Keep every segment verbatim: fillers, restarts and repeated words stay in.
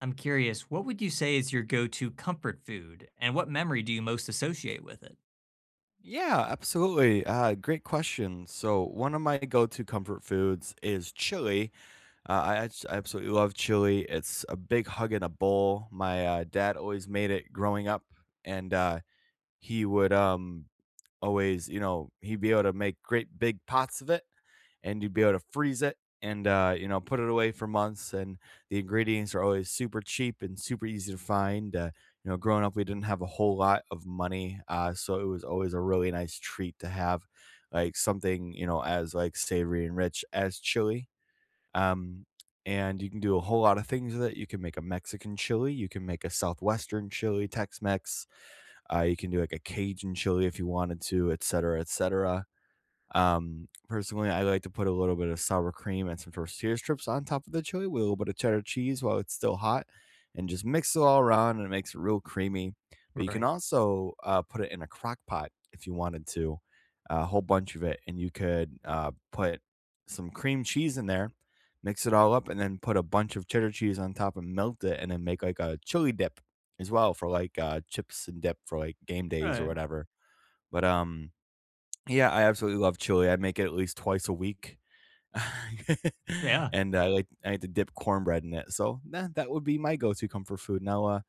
I'm curious, what would you say is your go-to comfort food, and what memory do you most associate with it? Yeah, absolutely. Uh, great question. So, one of my go-to comfort foods is chili. Uh, I, abs- I absolutely love chili. It's a big hug in a bowl. My uh, dad always made it growing up, and uh, he would um always, you know, he'd be able to make great big pots of it, and you'd be able to freeze it and uh, you know put it away for months. And the ingredients are always super cheap and super easy to find. Uh, you know, growing up, we didn't have a whole lot of money, uh, so it was always a really nice treat to have like something you know as like savory and rich as chili. Um, and you can do a whole lot of things with it. You can make a Mexican chili, you can make a southwestern chili, Tex-Mex. Uh, you can do like a Cajun chili if you wanted to, et cetera, et cetera. Um, personally, I like to put a little bit of sour cream and some tortilla strips on top of the chili with a little bit of cheddar cheese while it's still hot, and just mix it all around, and it makes it real creamy. But you can Right. also uh, put it in a crock pot if you wanted to, a whole bunch of it, and you could uh, put some cream cheese in there, mix it all up, and then put a bunch of cheddar cheese on top and melt it, and then make like a chili dip as well for like uh, chips and dip for like game days or Right. whatever. But um, yeah, I absolutely love chili. I make it at least twice a week. Yeah. And I like I like to dip cornbread in it. So, nah, that would be my go-to comfort food. Now, uh,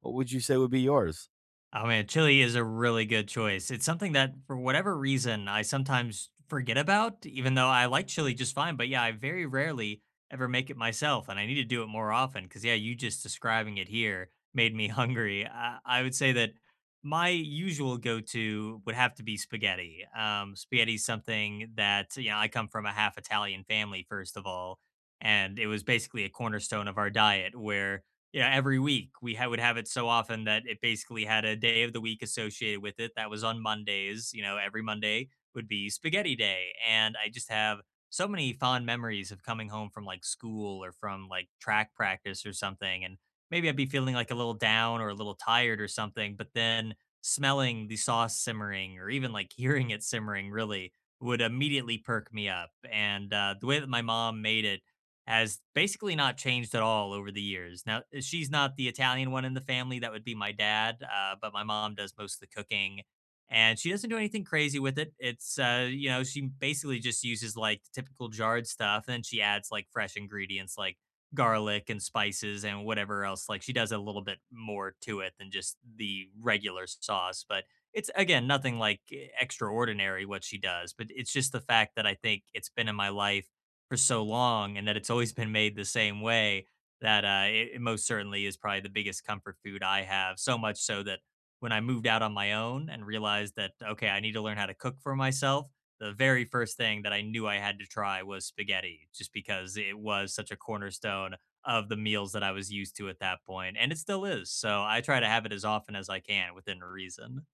what would you say would be yours? Oh man, chili is a really good choice. It's something that, for whatever reason, I sometimes forget about, even though I like chili just fine. But yeah, I very rarely ever make it myself, and I need to do it more often because, yeah, you just describing it here made me hungry. I, I would say that my usual go to would have to be spaghetti. Um, spaghetti is something that, you know, I come from a half Italian family, first of all, and it was basically a cornerstone of our diet where yeah, every week we ha- would have it so often that it basically had a day of the week associated with it. That was on Mondays. You know, every Monday would be spaghetti day. And I just have so many fond memories of coming home from like school or from like track practice or something. And maybe I'd be feeling like a little down or a little tired or something. But then smelling the sauce simmering or even like hearing it simmering really would immediately perk me up. And uh, the way that my mom made it, has basically not changed at all over the years. Now, eh, she's not the Italian one in the family. That would be my dad. Uh, but my mom does most of the cooking and she doesn't do anything crazy with it. It's, uh, you know, she basically just uses like the typical jarred stuff and then she adds like fresh ingredients like garlic and spices and whatever else. Like she does a little bit more to it than just the regular sauce. But it's, again, nothing like extraordinary what she does. But it's just the fact that I think it's been in my life for so long and that it's always been made the same way that uh, it, it most certainly is probably the biggest comfort food I have. So much so that when I moved out on my own and realized that, okay, I need to learn how to cook for myself, the very first thing that I knew I had to try was spaghetti, just because it was such a cornerstone of the meals that I was used to at that point, and it still is. So I try to have it as often as I can within reason.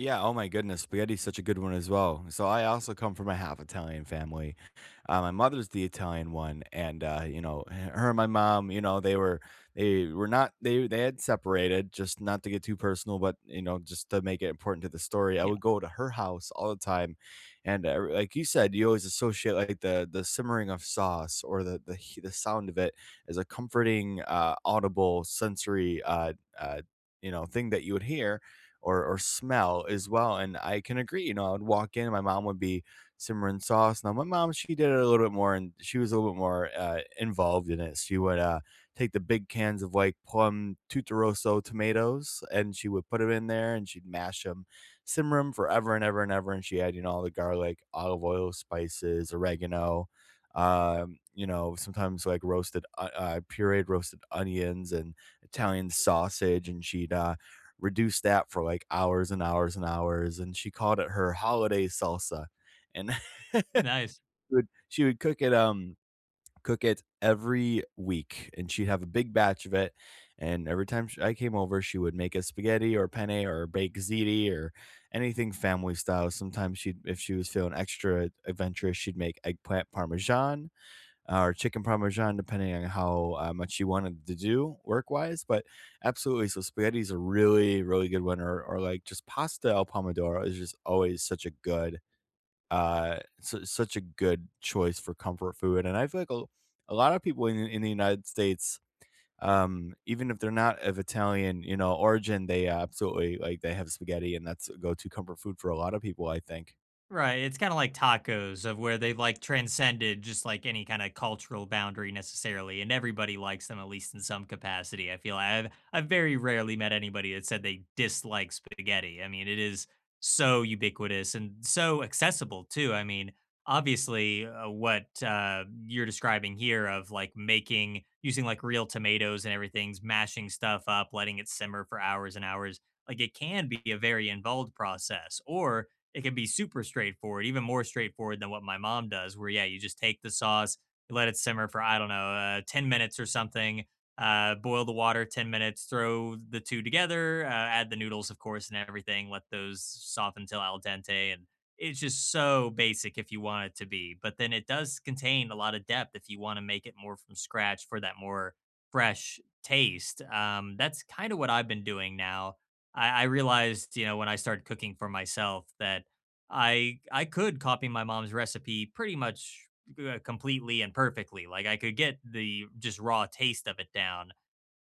Yeah, oh my goodness, spaghetti's such a good one as well. So I also come from a half Italian family. Uh, my mother's the Italian one, and uh, you know, h- her and my mom, you know, they were they were not they they had separated, just not to get too personal, but you know, just to make it important to the story. I would Yeah. go to her house all the time, and uh, like you said, you always associate like the the simmering of sauce or the the he- the sound of it as a comforting, uh, audible sensory, uh, uh, you know, thing that you would hear or or smell as well. And I can agree, you know, I would walk in, my mom would be simmering sauce. Now my mom, she did it a little bit more, and she was a little bit more uh, involved in it. She would uh, take the big cans of like plum tuturoso tomatoes, and she would put them in there, and she'd mash them, simmer them forever and ever and ever. And she had, you know, all the garlic, olive oil, spices, oregano. Um, you know, sometimes like roasted, uh, uh, pureed roasted onions and Italian sausage, and she'd uh, Reduce that for like hours and hours and hours, and she called it her holiday salsa, and she Nice. would she would cook it, um, cook it every week, and she'd have a big batch of it, and every time sh I came over, she would make a spaghetti or penne or baked ziti or anything family style. Sometimes she'd if she was feeling extra adventurous, she'd make eggplant parmesan uh, or chicken parmesan, depending on how uh, much you wanted to do work wise. But absolutely, so spaghetti is a really, really good one, or, or like just pasta al pomodoro is just always such a good, uh, su- such a good choice for comfort food. And I feel like a, a lot of people in, in the United States, um, even if they're not of Italian, you know, origin, they absolutely like they have spaghetti, and that's a go-to comfort food for a lot of people. I think. Right, it's kinda like tacos, of where they, like, transcended just, like, any kinda cultural boundary necessarily, and everybody likes them, at least in some capacity. I feel I've I've very rarely met anybody that said they dislike spaghetti. I mean, it is so ubiquitous and so accessible too. I mean, obviously, uh, what, uh, you're describing here of, like, making using, like, real tomatoes and everything's mashing stuff up, letting it simmer for hours and hours, like, it can be a very involved process, or it can be super straightforward, even more straightforward than what my mom does, where yeah, you just take the sauce, you let it simmer for I don't know, uh, ten minutes or something. Uh, boil the water ten minutes, throw the two together, uh, add the noodles, of course, and everything. Let those soften till al dente, and it's just so basic if you want it to be. But then it does contain a lot of depth if you want to make it more from scratch for that more fresh taste. Um, that's kind of what I've been doing now. I, I realized, you know, when I started cooking for myself that I I could copy my mom's recipe pretty much, uh, completely and perfectly, like, I could get the just raw taste of it down.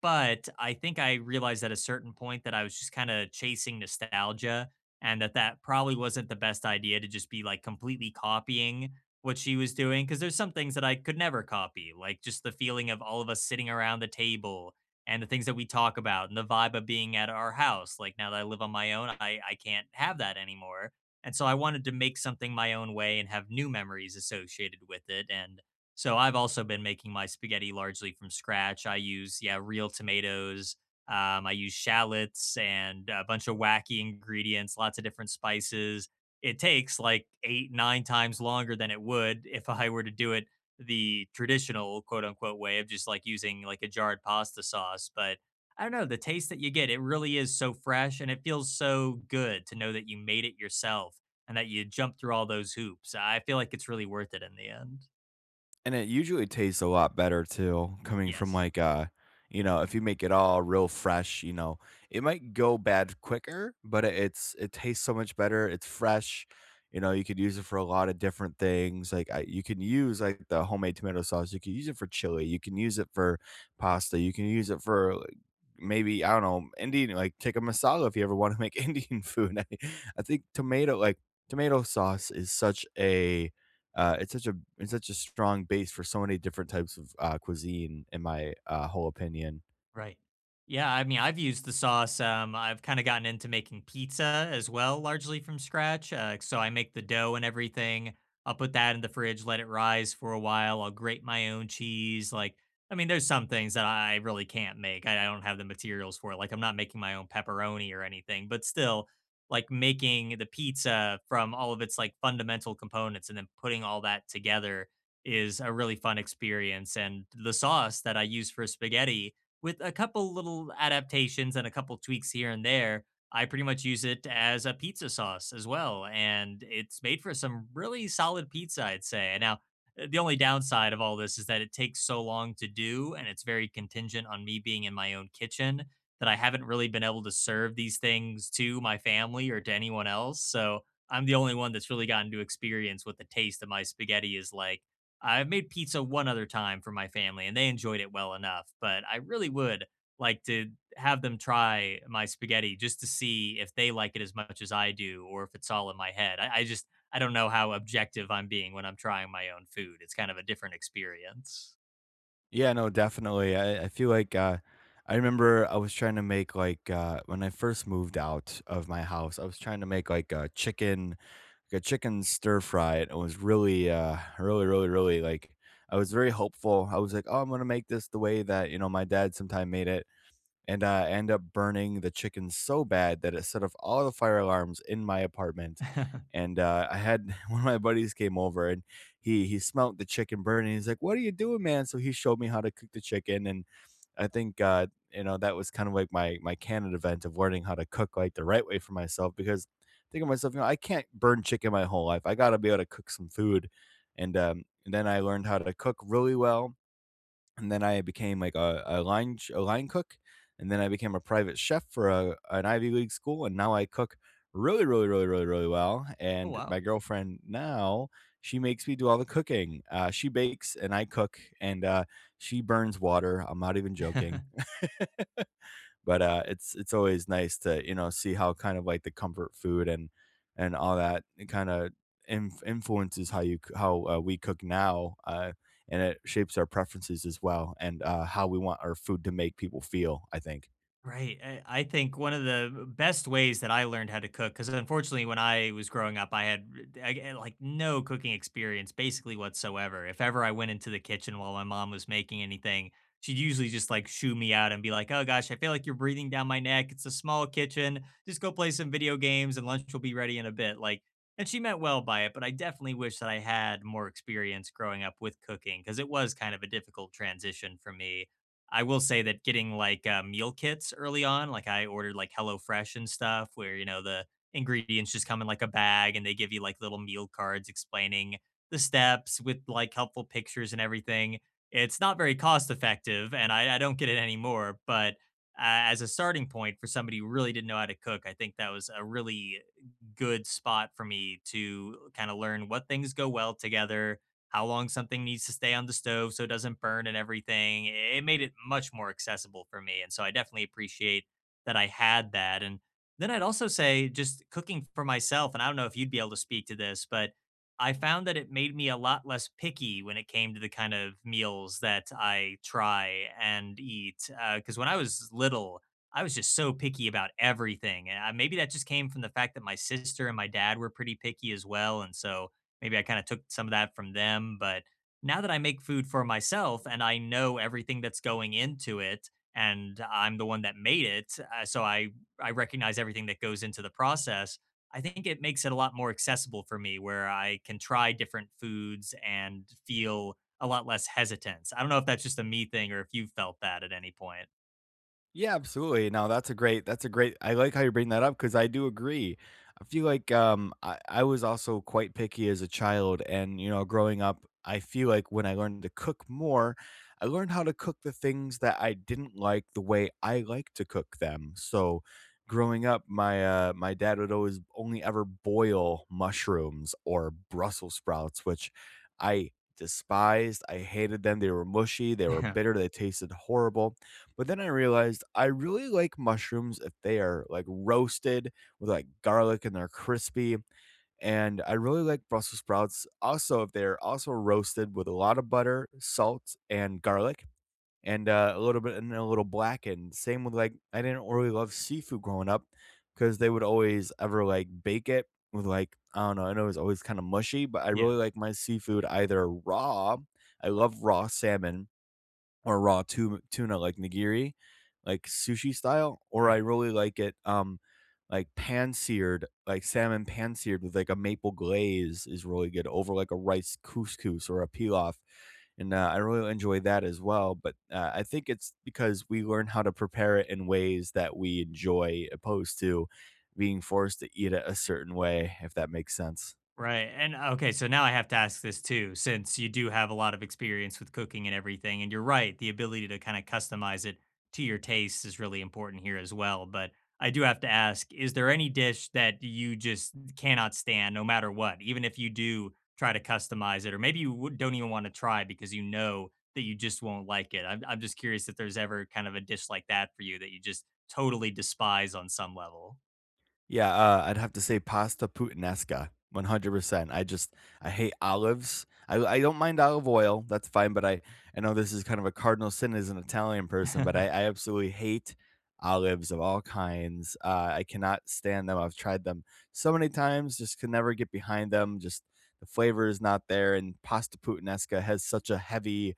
But I think I realized at a certain point that I was just kinda chasing nostalgia and that that probably wasn't the best idea to just be, like, completely copying what she was doing. Because there's some things that I could never copy, like, just the feeling of all of us sitting around the table and the things that we talk about and the vibe of being at our house. Like, now that I live on my own, I I can't have that anymore, and so I wanted to make something my own way and have new memories associated with it, and so I've also been making my spaghetti largely from scratch. I use, yeah, real tomatoes. Um, I use shallots and a bunch of wacky ingredients, lots of different spices. It takes like eight, nine times longer than it would if I were to do it the traditional quote unquote way of just like using like a jarred pasta sauce. But I don't know, the taste that you get, it really is so fresh and it feels so good to know that you made it yourself and that you jumped through all those hoops. I feel like it's really worth it in the end. And it usually tastes a lot better too, coming from Yes. like uh, you know, if you make it all real fresh, you know, it might go bad quicker, but it- it's it tastes so much better. It's fresh. You know, you could use it for a lot of different things. Like I, you can use like the homemade tomato sauce. You can use it for chili. You can use it for pasta. You can use it for like, maybe I don't know Indian. Like take a masala if you ever want to make Indian food. I, I think tomato like tomato sauce is such a uh, it's such a it's such a strong base for so many different types of, uh, cuisine in my, uh, whole opinion. Right. Yeah, I mean, I've used the sauce. Um, I've kind of gotten into making pizza as well, largely from scratch. Uh, so I make the dough and everything. I'll put that in the fridge, let it rise for a while. I'll grate my own cheese. Like, I mean, there's some things that I really can't make. I I don't have the materials for it. Like, I'm not making my own pepperoni or anything, but still, like making the pizza from all of its like fundamental components and then putting all that together is a really fun experience. And the sauce that I use for spaghetti with a couple little adaptations and a couple tweaks here and there, I pretty much use it as a pizza sauce as well. And it's made for some really solid pizza, I'd say. Now, uh, the only downside of all this is that it takes so long to do, and it's very contingent on me being in my own kitchen that I haven't really been able to serve these things to my family or to anyone else. So I'm the only one that's really gotten to experience what the taste of my spaghetti is like. I've made pizza one other time for my family and they enjoyed it well enough, but I really would like to have them try my spaghetti just to see if they like it as much as I do or if it's all in my head. I, I just, I don't know how objective I'm being when I'm trying my own food. It's kind of a different experience. Yeah, no, definitely. I I feel like, uh, I remember I was trying to make, like, uh when I first moved out of my house, I was trying to make, like, a chicken like, a chicken stir fry, and it was really, uh, really, really, really, like I was very hopeful. I was like, "Oh, I'm gonna make this the way that, you know, my dad sometime made it." And uh, end up burning the chicken so bad that it set off all the fire alarms in my apartment. Oh. And uh, I had one of my buddies came over and he he smelt the chicken burning. He's like, "What are you doing, man?" So he showed me how to cook the chicken, and I think uh, you know that was kind of like my my canon event of learning how to cook like the right way for myself because thinking to myself, you know, I can't burn chicken my whole life. I got to be able to cook some food, and um, and then I learned how to cook really well and then I became like a a line sh a line cook, and then I became a private chef for a an Ivy League school, and now I cook really, really, really, really, really well, and my Wow. girlfriend now, she makes me do all the cooking. Uh, she bakes and I cook, and, uh, she burns water, I'm not even joking but uh, it's it's always nice to you know see how kind of like the comfort food and and all that kind of inf- influences how you c- how uh, we cook now, uh, and it shapes our preferences as well, and uh, how we want our food to make people feel. I think. Right. I I think one of the best ways that I learned how to cook, because unfortunately, when I was growing up, I had I, had, like no cooking experience basically whatsoever. If ever I went into the kitchen while my mom was making anything, she'd usually just like shoo me out and be like, oh gosh, I feel like you're breathing down my neck. It's a small kitchen. Just go play some video games and lunch will be ready in a bit. Like, and she meant well by it, but I definitely wish that I had more experience growing up with cooking because it was kind of a difficult transition for me. I will say that getting like uh, meal kits early on, like I ordered like HelloFresh and stuff, where you know the ingredients just come in like a bag, and they give you like little meal cards explaining the steps with like helpful pictures and everything. It's not very cost effective, and I, I don't get it anymore. But uh, as a starting point for somebody who really didn't know how to cook, I think that was a really good spot for me to kind of learn what things go well together, how long something needs to stay on the stove so it doesn't burn and everything. It made it much more accessible for me. And so I definitely appreciate that I had that. And then I'd also say just cooking for myself, and I don't know if you'd be able to speak to this, but I found that it made me a lot less picky when it came to the kind of meals that I try and eat. Because when I was little, I was just so picky about everything. And I, maybe that just came from the fact that my sister and my dad were pretty picky as well. And so maybe I kind of took some of that from them, but now that I make food for myself and I know everything that's going into it and I'm the one that made it, uh, so I I recognize everything that goes into the process. I think it makes it a lot more accessible for me where I can try different foods and feel a lot less hesitance. I don't know if that's just a me thing or if you felt that at any point. Yeah, absolutely. No, that's a great that's a great I like how you bring that up because I do agree. I feel like um I, I was also quite picky as a child and you know, growing up, I feel like when I learned to cook more, I learned how to cook the things that I didn't like the way I like to cook them. So growing up, my uh my dad would always only ever boil mushrooms or Brussels sprouts, which I despised. I hated them. They were mushy, they were bitter, they tasted horrible but then I realized I really like mushrooms if they are, like, roasted with, like, garlic and they're crispy, and I really like Brussels sprouts also if they're also roasted with a lot of butter, salt, and garlic, and, uh, a little bit and a little blackened. Same with, like I didn't really love seafood growing up because they would always ever, like, bake it with, like I don't know, I know it was always kinda mushy, but I really Yeah, like my seafood either raw I love raw salmon or raw tu tuna, like nigiri, like sushi style, or I right. really like it, um, like pan-seared, like salmon pan-seared with like a maple glaze is really good over like a rice couscous or a pilaf, and, uh, I really enjoy that as well, but, uh, I think it's because we learn how to prepare it in ways that we enjoy opposed to being forced to eat it a certain way, if that makes sense. Right. And okay, so now I have to ask this too, since you do have a lot of experience with cooking and everything, and you're right, the ability to kind of customize it to your tastes is really important here as well. But I do have to ask, is there any dish that you just cannot stand no matter what, even if you do try to customize it, or maybe you would- don't even want to try because you know that you just won't like it? I'm, I'm just curious if there's ever kind of a dish like that for you that you just totally despise on some level. Yeah, uh, I'd have to say pasta puttanesca, one hundred percent. I just I hate olives. I I don't mind olive oil, that's fine, but I I know this is kind of a cardinal sin as an Italian person, but I I absolutely hate olives of all kinds. Uh, I cannot stand them. I've tried them so many times, just could never get behind them. Just the flavor is not there, and pasta puttanesca has such a heavy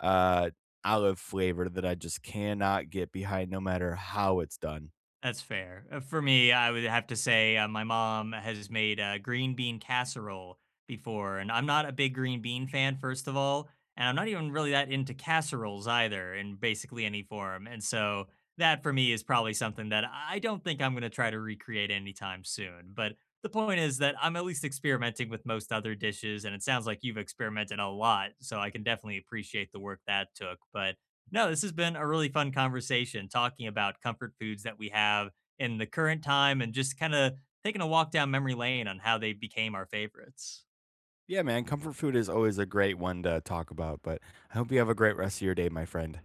uh olive flavor that I just cannot get behind no matter how it's done. That's fair. Uh, For me, I would have to say uh, my mom has made uh, green bean casserole before, and I'm not a big green bean fan, first of all, and I'm not even really that into casseroles either in basically any form. And so that for me is probably something that I don't think I'm going to try to recreate anytime soon. But the point is that I'm at least experimenting with most other dishes, and it sounds like you've experimented a lot, so I can definitely appreciate the work that took. But no, this has been a really fun conversation talking about comfort foods that we have in the current time and just kind of taking a walk down memory lane on how they became our favorites. Yeah, man, comfort food is always a great one to talk about, but I hope you have a great rest of your day, my friend.